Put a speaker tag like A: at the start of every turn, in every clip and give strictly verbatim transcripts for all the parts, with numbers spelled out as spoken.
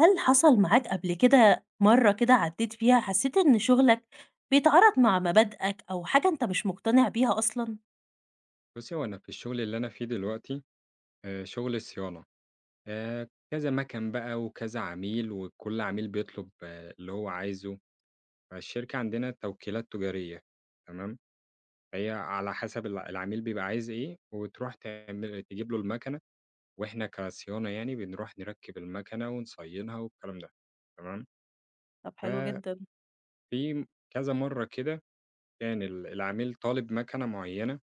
A: هل حصل معاك قبل كده مرة كده عدّيت فيها حسّيت إن شغلك بيتعارض مع مبادئك أو حاجة أنت مش مقتنع بيها أصلًا؟
B: بُصّي، هو أنا في الشغل اللي أنا فيه دلوقتي، آآ شغل الصيانة، آآ كذا مَكَن بقى وكذا عميل، وكل عميل بيطلب آه، اللي هو عايزه، فالشركة عندنا توكيلات تجارية تمام، فهي على حسب الع العميل بيبقى عايز إيه، وتروح تعمل تجيب له المَكَنة، وإحنا كصيانة يعني بنروح نركب المَكَنة ونصينها والكلام ده تمام.
A: طب حلو جدًا.
B: ففي كذا مرّة كده كان ال العميل طالب مَكَنة معينة،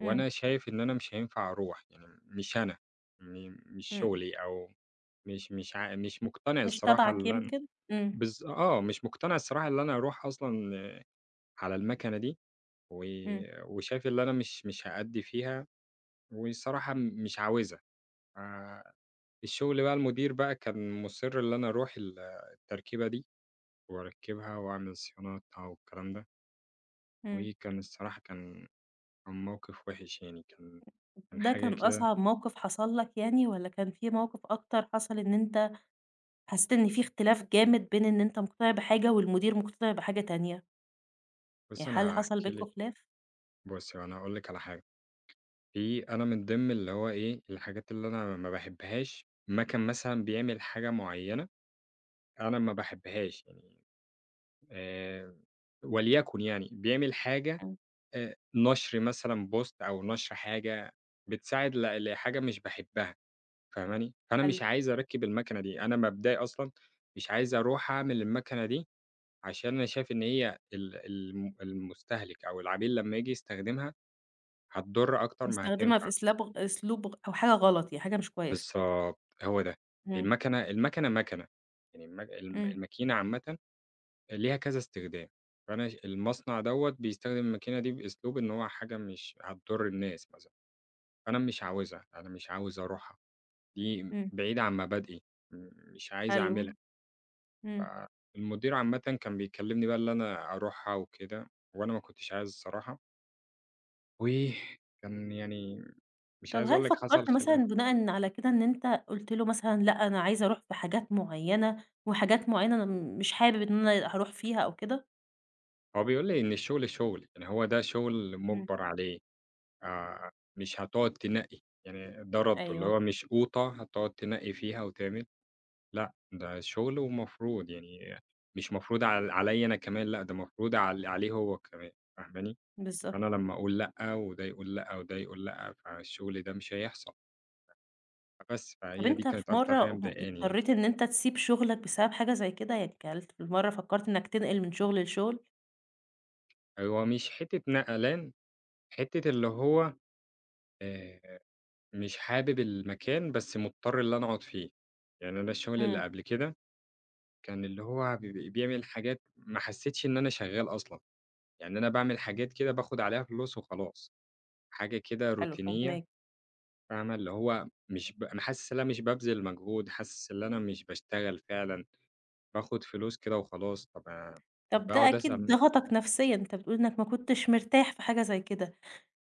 A: إمم.
B: وأنا شايف إن أنا مش هينفع أروح، يعني مش أنا، م مش
A: إمم.
B: شغلي، أو مش مش ع مش مقتنع
A: مش
B: الصراحة
A: تبعك
B: اللي أنا،
A: يمكن؟ إمم.
B: بالض آه، مش مقتنع الصراحة اللي أنا أروح أصلًا، آه، على المكنة دي، و
A: إمم.
B: وشايف اللي أنا مش مش هأدّي فيها، والصراحة م- مش عاوزها. فالشغل بقى المدير بقى كان مُصِر اللي أنا أروح ال التركيبة دي، وأركّبها وأعمل صيانتها والكلام ده،
A: إمم.
B: وكان الصراحة كان كان موقف وِحِش يعني، كان كان
A: ده كان
B: حاجة كده.
A: أصعب موقف حصل لك يعني والّا كان في موقف أكتر حصل إن أنت حسّيت إن في اختلاف جامد بين إن أنت مقتنع بحاجة والمدير مقتنع بحاجة تانية؟
B: بُصّي
A: يعني هل
B: أنا
A: حصل
B: هاحكي
A: بينكم
B: لِك.
A: خلاف؟
B: بُصّي، هو أنا هاقول لِك على حاجة، في أنا من ضمن اللي هو إيه، الحاجات اللي أنا ما باحبهاش أمّا كان مثلًا بيعمل حاجة معيّنة، أنا ما باحبهاش يعني، آآ، وليكن يعني بيعمل حاجة،
A: إمم.
B: آآ، نشر مثلًا post أو نشر حاجة بتساعد ل لحاجة مش باحبها، فاهماني؟ فأنا
A: حلو.
B: مش عايز أركّب الماكينة دي، أنا مبدئي أصلًا مش عايز أروح أعمل الماكينة دي، عشان أنا شايف إن هي ال الم المستهلك أو العميل لمّا ييجي يستخدمها هتضر أكتر ما
A: استخدمها في
B: هتنفع.
A: أسلاب أسلوب أو حاجة غلط يعني حاجة مش كويسة.
B: بالضبط، هو ده.
A: إمم.
B: المكنة المكنة مكنة، يعني المك الم
A: إمم.
B: الماكينة عامةً ليها كذا استخدام، فأنا ش المصنع دوّة بيستخدم الماكينة دي بأسلوب إن هو حاجة مش هتضر الناس مثلًا، فأنا مش عاوزها، أنا مش عاوز أروحها، دي
A: إمم.
B: بعيدة عن مبادئي، م مش عايز
A: حلو.
B: أعملها.
A: إمم.
B: فالمدير عامةً كان بيكلمني بقى اللي أنا أروحها وكده، وأنا ما كنتش عايز الصراحة، وكان يعني مش
A: طب
B: عايز
A: هل
B: أقول لك حصل
A: فكّرت مثلًا
B: خلاف.
A: بناءً على كده إن أنت قُلت له مثلًا لأ، أنا عايز أروح في حاجات معيّنة وحاجات معيّنة أنا م- مش حابب إن أنا هاروح فيها أو كده؟
B: هو بيقول لي إن الشغل شغل، يعني هو ده شغل
A: إمم.
B: مُجبر عليه. آآ مش هتقعد تنقّي، يعني ده رَدُّه، اللي
A: أيوه.
B: هو مش قوطة هتقعد تنقّي فيها وتعمل، لأ، ده شغل ومفروض يعني مش مفروض عل عليّا أنا كمان، لأ، ده مفروض عل عليه هو كمان، فاهماني؟
A: بالضبط.
B: فأنا لمّا أقول لأ وده يقول لأ وده يقول لأ، فالشغل ده مش هيحصل، فبس،
A: طب
B: فهي دي
A: أنت في
B: كانت أكتر حاجة
A: مرّة م
B: مضايقاني يعني.
A: اضطريت إن أنت تسيب شغلك بسبب حاجة زي كده؟ يعني هل في مرّة فكّرت إنّك تنقل من شغل لشغل؟
B: هو مش حتّة نقلان، حتّة اللي هو آآ مش حابب المكان بس مضطر اللي أنا أقعد فيه، يعني أنا الشغل اللي
A: إمم.
B: قبل كده كان اللي هو بيب بيعمل حاجات ما حسّيتش إن أنا شغّال أصلًا، يعني أنا باعمل حاجات كده باخُد عليها فلوس وخلاص، حاجة كده
A: حلو
B: روتينية.
A: فاهماك.
B: فاهمة، اللي هو مش ب أنا حاسس إن أنا مش بابذل مجهود، حاسس إن أنا مش باشتغل فعلًا، باخُد فلوس كده وخلاص، طَب أنا
A: طب ده
B: باقعُد
A: أكيد
B: أسأل.
A: ضغطك نفسيًا، أنت بتقول إنّك ما كنتش مرتاح في حاجة زي كده.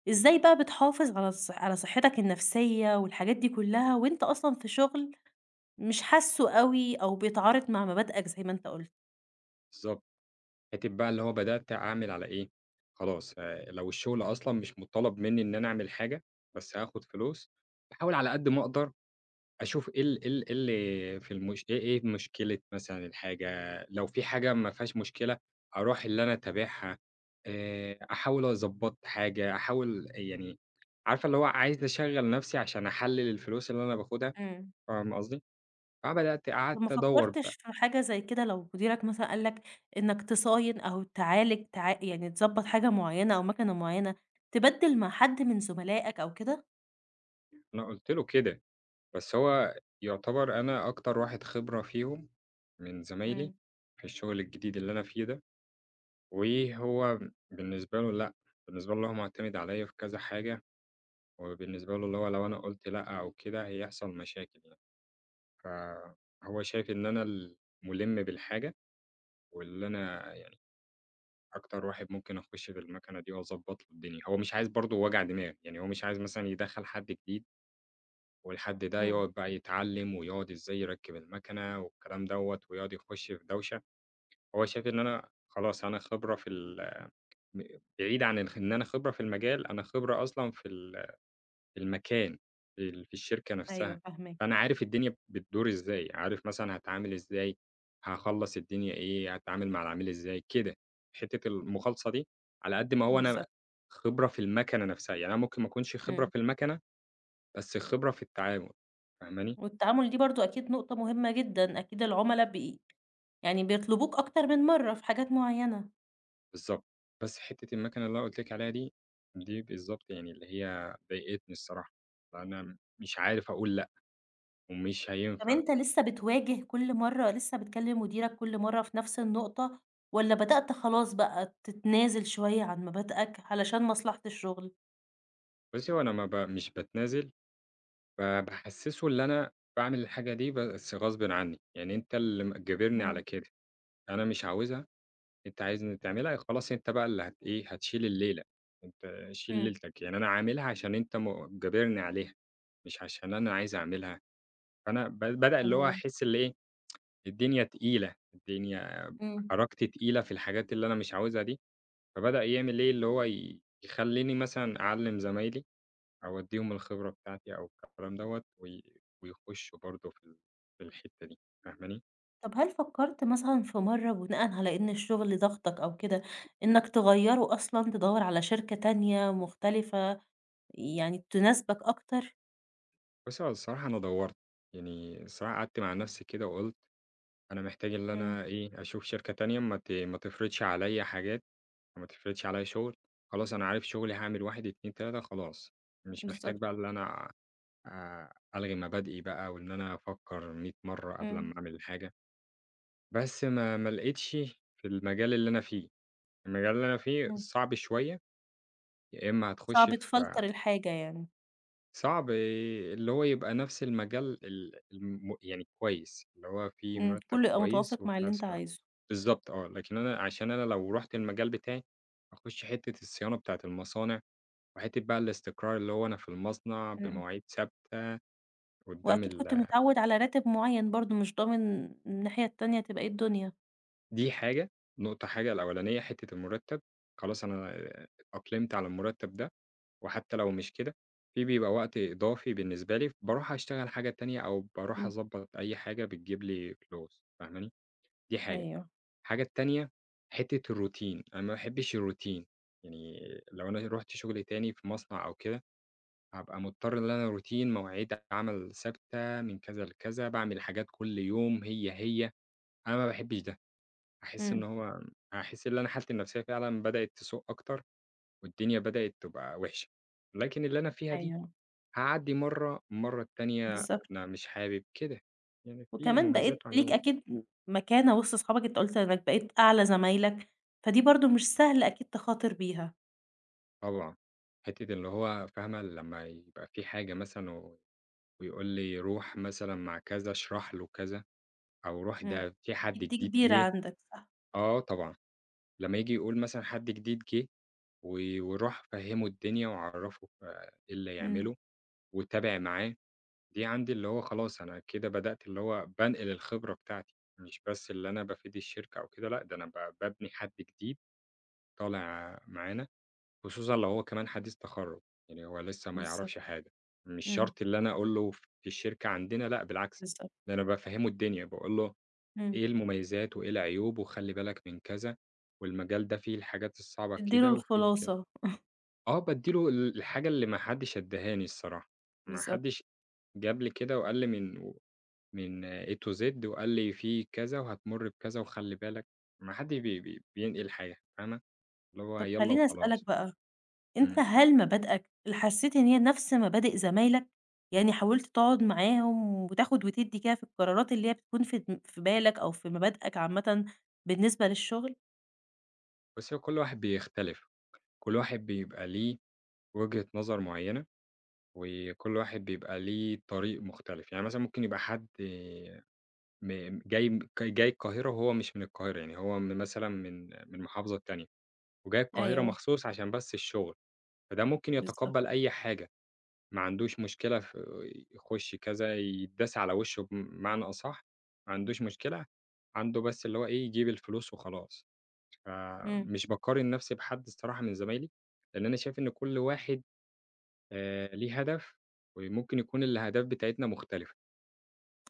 A: إزاي بقى بتحافظ على ص على صحّتك النفسية والحاجات دي كُلّها وأنت أصلًا في شغل مش حاسُّه أوي أو بيتعارض مع مبادئك زي ما أنت قُلت.
B: بالضبط، حتّة بقى اللي هو بدأت أعمل على إيه، خلاص آآ لو الشُغل أصلًا مش مُطّلب منّي إن أنا أعمل حاجة، بس هاخُد فلوس، باحاول على قد ما أقدر أشوف إيه ال إيه ال إيه اللي في المش إيه إيه مشكلة مثلًا الحاجة، لو في حاجة ما فيهاش مشكلة أروح اللي أنا أتابعها، آآ، أحاول أضبّط حاجة، أحاول يعني عارفة اللي هو عايز أشغّل نَفْسي عشان أحلِّل الفلوس اللي أنا باخدها،
A: إمم.
B: فاهمة قصدي؟ فبدأت
A: طَب ما
B: قعدت أدوّر
A: فكّرتش
B: بقى،
A: في حاجة زي كده لو مديرك مثلًا قال لك إنك تصاين أو تعالج تع يعني تضبّط حاجة معيّنة أو مكنة معيّنة، تبدِّل مع حد من زملائك أو كده؟
B: أنا قُلت له كده، بس هو يُعتبر أنا أكتر واحد خبرة فيهم من زمايلي
A: إمم.
B: في الشغل الجديد اللي أنا فيه ده، وهو بالنسبة له لأ، بالنسبة له هو معتمد عليّا في كذا حاجة، وبالنسبة له اللي هو لو أنا قُلت لأ أو كده هيحصل مشاكل يعني، فهو شايف إن أنا المُلِم بالحاجة، واللي أنا يعني أكتر واحد ممكن أخُش في المكنة دي وأضبّط له الدنيا، هو مش عايز برضه وجع دماغ، يعني هو مش عايز مثلًا يدخّل حد جديد، والحد ده
A: إمم.
B: يقعد بقى يتعلّم ويقعد إزاي يركّب المكنة والكلام دوّة، ويقعد يخُش في دوشة، هو شايف إن أنا خلاص أنا خبرة في ال م بعيد عن الخ إن أنا خبرة في المجال، أنا خبرة أصلًا في ال المكان، ال في الشركة نفسها،
A: أيوه فاهماك.
B: فأنا عارف الدنيا بتدور إزاي، عارف مثلًا هاتعامل إزاي، هاخلّص الدنيا إيه، هاتعامل مع العميل إزاي، كده. حتّة المخالصة دي على قد ما هو أنا
A: بالضبط.
B: خبرة في المَكَنة نفسها، يعني أنا ممكن ما أكونش خبرة
A: إمم.
B: في المَكَنة، بس خبرة في التعامل، فاهماني؟
A: والتعامل دي برضه أكيد نقطة مهمة جدًا، أكيد العُملا بي يعني بيطلبوك أكتر من مرّة في حاجات معيّنة.
B: بالضبط. بس حتّة المَكَنة اللي أنا قُلت لِك عليها دي، دي بالضبط يعني اللي هي ضايقتني الصراحة، فأنا مش عارف أقول لأ، ومش
A: طب
B: هينفع.
A: أنت لسه بتواجه كل مرّة لسه بتكلم مديرك كل مرّة في نفس النقطة، والّا بدأت خلاص بقى تتنازل شوية عن مبادئك علشان مصلحة الشغل؟
B: بُصّي، هو أنا ما ب مش باتنازل، فباحسّسه اللي أنا باعمل الحاجة دي بس غصبٍ عنّي، يعني أنت اللي م جابرني على
A: إمم.
B: كده، أنا مش عاوزها، أنت عايزني تعملها، خلاص أنت بقى اللي هت إيه، هتشيل الليلة، أنت شيل
A: إمم.
B: ليلتك، يعني أنا عاملها عشان أنت م جابرني عليها، مش عشان أنا عايز أعملها، فأنا ب بدأ اللي هو
A: تمام.
B: أحس اللي إيه، الدنيا تقيلة، الدنيا
A: إمم.
B: حركتي تقيلة في الحاجات اللي أنا مش عاوزها دي، فبدأ يعمل إيه، اللي هو ي يخلّيني مثلًا أعلّم زمايلي أودّيهم الخبرة بتاعتي أو الكلام دوّة، وي ويخشّوا برضه في ال في الحتّة دي، فاهماني؟
A: طب هل فكرت مثلًا في مرّة بناءً على إن الشغل ضاغطك أو كده، إنك تغيّره أصلًا تدوّر على شركة تانية مختلفة، يعني تناسبك أكتر؟
B: بُصّي، هو الصراحة أنا دوّرت، يعني الصراحة قعدت مع نَفْسي كده وقُلت أنا محتاج اللي
A: إمم.
B: أنا إيه، أشوف شركة تانية ما ت ما تفرضش عليّا حاجات، وما تفرضش عليّا شُغل، خلاص أنا عارف شُغلي هاعمل واحد، اتنين، تلاتة خلاص، مش محتاج
A: بالضبط.
B: بقى اللي أنا آآ ألغي مبادئي بقى وإن أنا أفكّر مية مرّة قبل
A: إمم.
B: أمّا أعمل الحاجة، بس ما ما لقيتش في المجال اللي أنا فيه، المجال اللي أنا فيه
A: إمم.
B: صعب شوية، يا إما هتخُشّي
A: صعب تفلتر
B: في،
A: الحاجة يعني.
B: صعب اللي هو يبقى نفس المجال ال الم يعني كويس، اللي هو فيه
A: إمم،
B: مُرتّب
A: كله يبقى
B: كويس
A: متوافق مع
B: وفي
A: اللي
B: نفس
A: أنت
B: الوقت
A: عايزه.
B: بالضبط آه، لكن أنا عشان أنا لو رُحت المجال بتاعي، هاخُش حتّة الصيانة بتاعة المصانع وحتّة بقى الاستقرار اللي هو أنا في المصنع
A: إمم.
B: بمواعيد ثابتة قُدّام
A: وأكيد
B: ال،
A: كنت متعوّد على راتب معيّن برضه، مش ضامن الناحية التانية تبقى إيه الدنيا.
B: دي حاجة، نقطة حاجة الأولانية حتّة المُرتّب، خلاص أنا اتأقلمت على المُرتّب ده. وحتى لو مش كده، في بيبقى وقت إضافي بالنسبة لي، باروح أشتغل حاجة تانية أو باروح
A: إمم.
B: أضبّط أي حاجة بتجيب لي فلوس، فاهماني؟ دي حاجة.
A: أيوه.
B: الحاجة التانية حتّة الروتين، أنا ما باحبش الروتين، يعني لو أنا رُحت شغل تاني في مصنع أو كده، هابقى مضطر إن أنا روتين مواعيد عمل ثابتة من كذا لكذا، باعمل حاجات كل يوم هي، هي، أنا ما باحبش ده، هاحس إن
A: إمم.
B: هو، هاحس إن أنا حالتي النفسية فعلًا بدأت تسوء أكتر، والدنيا بدأت تبقى وِحشة. لكن اللي أنا فيها دي
A: أيوه.
B: هاعدّي مرّة، المرّة التانية
A: بالضبط.
B: أنا مش حابب، كده. يعني في
A: وكمان بقيت
B: مميزات
A: ليك
B: وعيوب.
A: أكيد م مكانة وسط صحابك، أنت قُلت إنك بقيت أعلى زمايلك، فدي برضه مش سهل أكيد تخاطر بيها.
B: طبعًا. حتّة اللي هو فاهمة لمّا يبقى في حاجة مثلًا، و ويقول لي روح مثلًا مع كذا، اشرح له كذا، أو روح
A: إمم.
B: ده في حد
A: أكيد دي
B: جديد
A: كبيرة
B: جِه.
A: عندك صح.
B: آه طبعًا. لمّا ييجي يقول مثلًا حد جديد جِه و وروح فهّمه الدنيا وعرّفه ف إيه اللي
A: إمم.
B: يعمله وتابع معاه، دي عندي اللي هو خلاص أنا كده بدأت اللي هو بانقل الخبرة بتاعتي، مش بس اللي أنا بافيد الشركة أو كده لأ، ده أنا ب بابني حد جديد طالع معانا، خصوصًا لو هو كمان حديث تخرُّج، يعني هو لسه ما
A: بالضبط.
B: يعرفش حاجة، مش
A: إمم.
B: شرط اللي أنا أقول له في الشركة عندنا لأ بالعكس،
A: بالضبط.
B: ده أنا بافهّمه الدنيا، باقول له
A: إمم.
B: إيه المميزات وإيه العيوب وخلّي بالك من كذا، والمجال ده فيه الحاجات الصعبة
A: تدّي له
B: كده وفيه كده.
A: الخلاصة.
B: آه، بادّي له ال الحاجة اللي ما حدّش أدّاهاني الصراحة، ما
A: بالضبط.
B: حدّش جاب لي كده وقال لي من من A to Z وقال لي في كذا وهتمُر بكذا وخلّي بالك، ما حدّش بي بي بينقل حاجة، فاهمة؟ اللي هو
A: طب
B: يالّا
A: خلّيني أسألك
B: وخلاص.
A: بقى، أنت
B: إمم.
A: هل مبادئك اللي حسّيت إن هي نفس مبادئ زمايلك؟ يعني حاولت تقعد معاهم وتاخد وتدّي كده في القرارات اللي هي بتكون في دم في بالك أو في مبادئك عامةً بالنسبة للشغل؟
B: بُصّي، هو كل واحد بيختلف، كل واحد بيبقى ليه وجهة نظر معيّنة، وكل واحد بيبقى ليه طريق مختلف، يعني مثلًا ممكن يبقى حد م جاي م جاي القاهرة وهو مش من القاهرة، يعني هو م مثلًا من من محافظة تانية، وجاي القاهرة
A: أيوه.
B: مخصوص عشان بس الشغل، فده ممكن
A: بالضبط.
B: يتقبّل أي حاجة، ما عندوش مشكلة ف يخش كذا يتداس على وشه بمعنى أصح، ما عندوش مشكلة، عنده بس اللي هو إيه، يجيب الفلوس وخلاص.
A: إمم.
B: فمش باقارن نفسي بحد الصراحة من زمايلي، لإن أنا شايف إن كل واحد آآ ليه هدف، وممكن يكون الأهداف بتاعتنا مختلفة.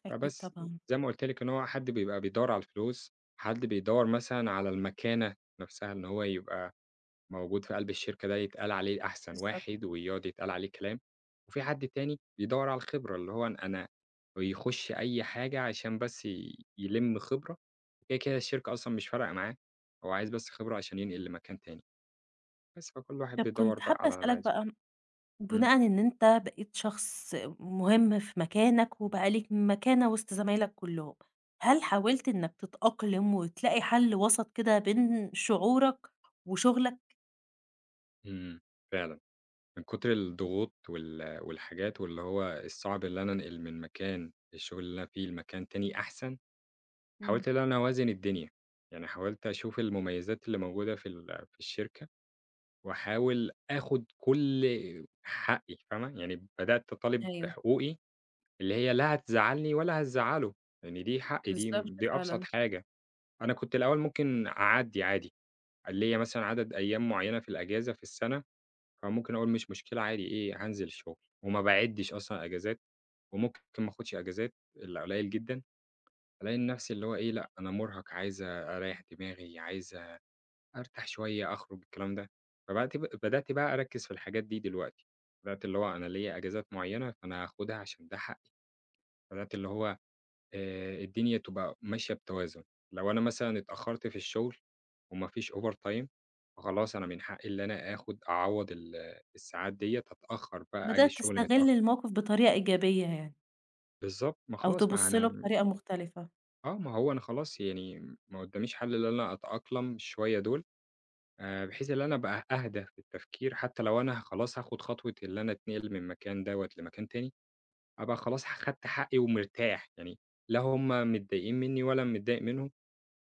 A: أكيد
B: فبس
A: طبعًا.
B: زي ما قُلت لِك إن هو حد بيبقى بيدوّر على الفلوس، حد بيدوّر مثلًا على المكانة نفسها، إن هو يبقى موجود في قلب الشركة ده يتقال عليه أحسن
A: بالضبط.
B: واحد ويقعد يتقال عليه كلام، وفي حد تاني بيدوّر على الخبرة، اللي هو أنا أنا ويخش أي حاجة عشان بس ي يلِم خبرة، كده، كده الشركة أصلًا مش فارقة معاه، هو عايز بس خبرة عشان ينقل لمكان تاني. بس فكل واحد
A: طب
B: بيدوّر
A: كنت
B: بقى
A: حابة
B: على اللي
A: أسألك
B: عايزه.
A: بقى
B: إمم،
A: بناءً إن أنت بقيت شخص مهم في مكانك وبقى ليك مكانة وسط زمايلك كلّهم، هل حاولت إنك تتأقلم وتلاقي حل وسط كده بين شعورك وشغلك؟
B: إمم، فعلًا من كتر الضغوط وال والحاجات واللي هو الصعب اللي أنا أنقل من مكان الشغل اللي أنا فيه لمكان تاني أحسن،
A: إمم.
B: حاولت إن أنا أوازن الدنيا، يعني حاولت أشوف المميزات اللي موجودة في ال في الشركة، وأحاول آخد كل حقي فاهمة، يعني بدأت أطالب
A: أيوه.
B: بحقوقي اللي هي لا هتزعّلني ولا هتزعّله، لإن يعني دي حقي دي
A: بالضبط
B: م دي أبسط
A: فعلًا.
B: حاجة، أنا كنت الأول ممكن أعدّي عادي. ليّا مثلًا عدد أيام معيّنة في الأجازة في السَنة، فممكن أقول مش مشكلة عادي إيه، هانزل الشغل وما باعدّش أصلًا أجازات وممكن ما آخُدش أجازات إلّا قليّل جدًا، ألاقي نَفْسي اللي هو إيه، لأ أنا مُرهَق، عايز أريّح دماغي، عايز أرتاح شوية، أخرُج، الكلام ده. فبعت ب بدأت بقى أركِّز في الحاجات دي دلوقتي، بدأت اللي هو أنا ليّا أجازات معيّنة، فأنا هاخُدها عشان ده حقّي، بدأت اللي هو آآ الدنيا تبقى ماشية بتوازن، لو أنا مثلًا اتأخّرت في الشغل وما فيش overtime فخلاص أنا من حقي اللي أنا آخُد أعوّض ال الساعات ديّة، أتأخّر بقى آجي
A: بدأت
B: الشغل
A: تستغل
B: متأخّر.
A: الموقف بطريقة إيجابية يعني،
B: بالضبط، ما
A: أو
B: خلاص ما
A: تبُص له
B: أنا،
A: بطريقة مختلفة.
B: آه، ما هو أنا خلاص يعني ما قُدّاميش حل إلا أنا أتأقلم شوية دول آآ بحيث إن أنا أبقى أهدى في التفكير حتّى لو أنا خلاص هاخُد خطوة اللي أنا أتنقل من مكان دوّة لمكان تاني، أبقى خلاص خدت حقي ومرتاح، يعني لا هم متضايقين منّي ولا أنا متضايق منهم.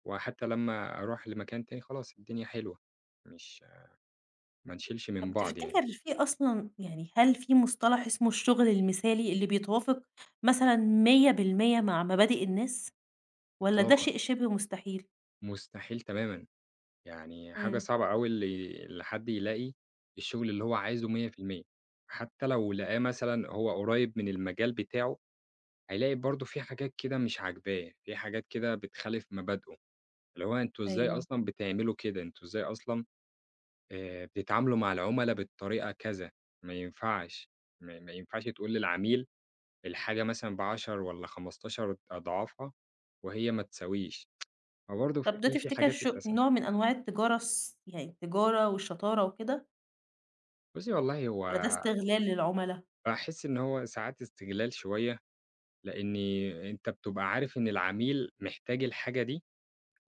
B: وحتى لمّا أروح لمكان تاني خلاص الدنيا حلوة، مش ما نشيلش من
A: طب
B: بعض يعني.
A: تفتكر في أصلًا يعني هل في مصطلح اسمه الشغل المثالي اللي بيتوافق مثلًا مية بالمية مع مبادئ الناس، والّا ده
B: إطلاقًا،
A: شيء شبه مستحيل؟
B: مستحيل تمامًا، يعني حاجة
A: إمم.
B: صعبة أوي اللي اللي حد يلاقي الشغل اللي هو عايزه مية في المية حتى لو لقاه مثلًا هو قريب من المجال بتاعه، هيلاقي برضه في حاجات كده مش عاجباه، في حاجات كده بتخالف مبادئه، اللي هو أنتم إزاي
A: أيوه.
B: أصلًا بتعملوا كده، أنتم إزاي أصلًا آآ بتتعاملوا مع العملا بالطريقة كذا، ما ينفعش، ما ما ينفعش تقول للعميل الحاجة مثلًا بعشرة والّا خمستاشر أضعافها وهي ما تساويش، فبرضه ف
A: طب ده
B: في في
A: تفتكر
B: حاجات
A: ش
B: اتقسمت.
A: نوع من أنواع التجارة الص يعني التجارة والشطارة وكده،
B: بُصّي والله هو
A: والّا ده استغلال للعملا؟
B: باحس إن هو ساعات استغلال شوية، لإن أنت بتبقى عارف إن العميل محتاج الحاجة دي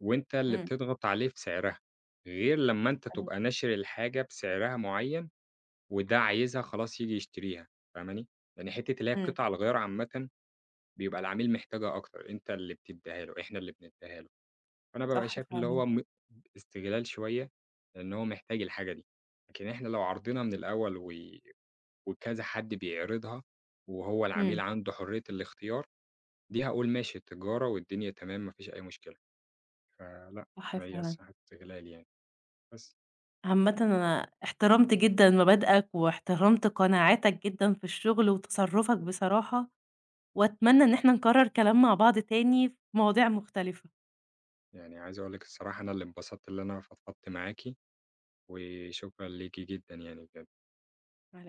B: وأنت اللي
A: إمم.
B: بتضغط عليه في سعرها، غير لمّا أنت
A: إمم.
B: تبقى ناشر الحاجة بسعرها معيّن وده عايزها خلاص ييجي يشتريها، فاهماني؟ لإن حتّة اللي هي
A: إمم.
B: القطع الغيار عامةً بيبقى العميل محتاجها أكتر، أنت اللي بتدّيها له، إحنا اللي بندّيها له. فأنا بابقى
A: صح
B: شايف اللي
A: فعلًا.
B: هو م استغلال شوية، لإن هو محتاج الحاجة دي، لكن إحنا لو عرضنا من الأول و وكذا حد بيعرضها، وهو العميل
A: إمم.
B: عنده حرية الاختيار، دي هاقول ماشي تجارة والدنيا تمام ما فيش أي مشكلة، فلأ
A: صح
B: ما هي
A: فعلًا.
B: الصراحة استغلال يعني. بس،
A: عامةً أنا احترمت جدًا مبادئك، واحترمت قناعاتك جدًا في الشغل وتصرُّفك بصراحة، وأتمنى إن إحنا نكرّر كلام مع بعض تاني في مواضيع مختلفة.
B: يعني عايز أقول لِك الصراحة أنا اللي انبسطت اللي أنا فضفضت معاكِ، وشكرًا ليكِ جدًا يعني بجد.
A: على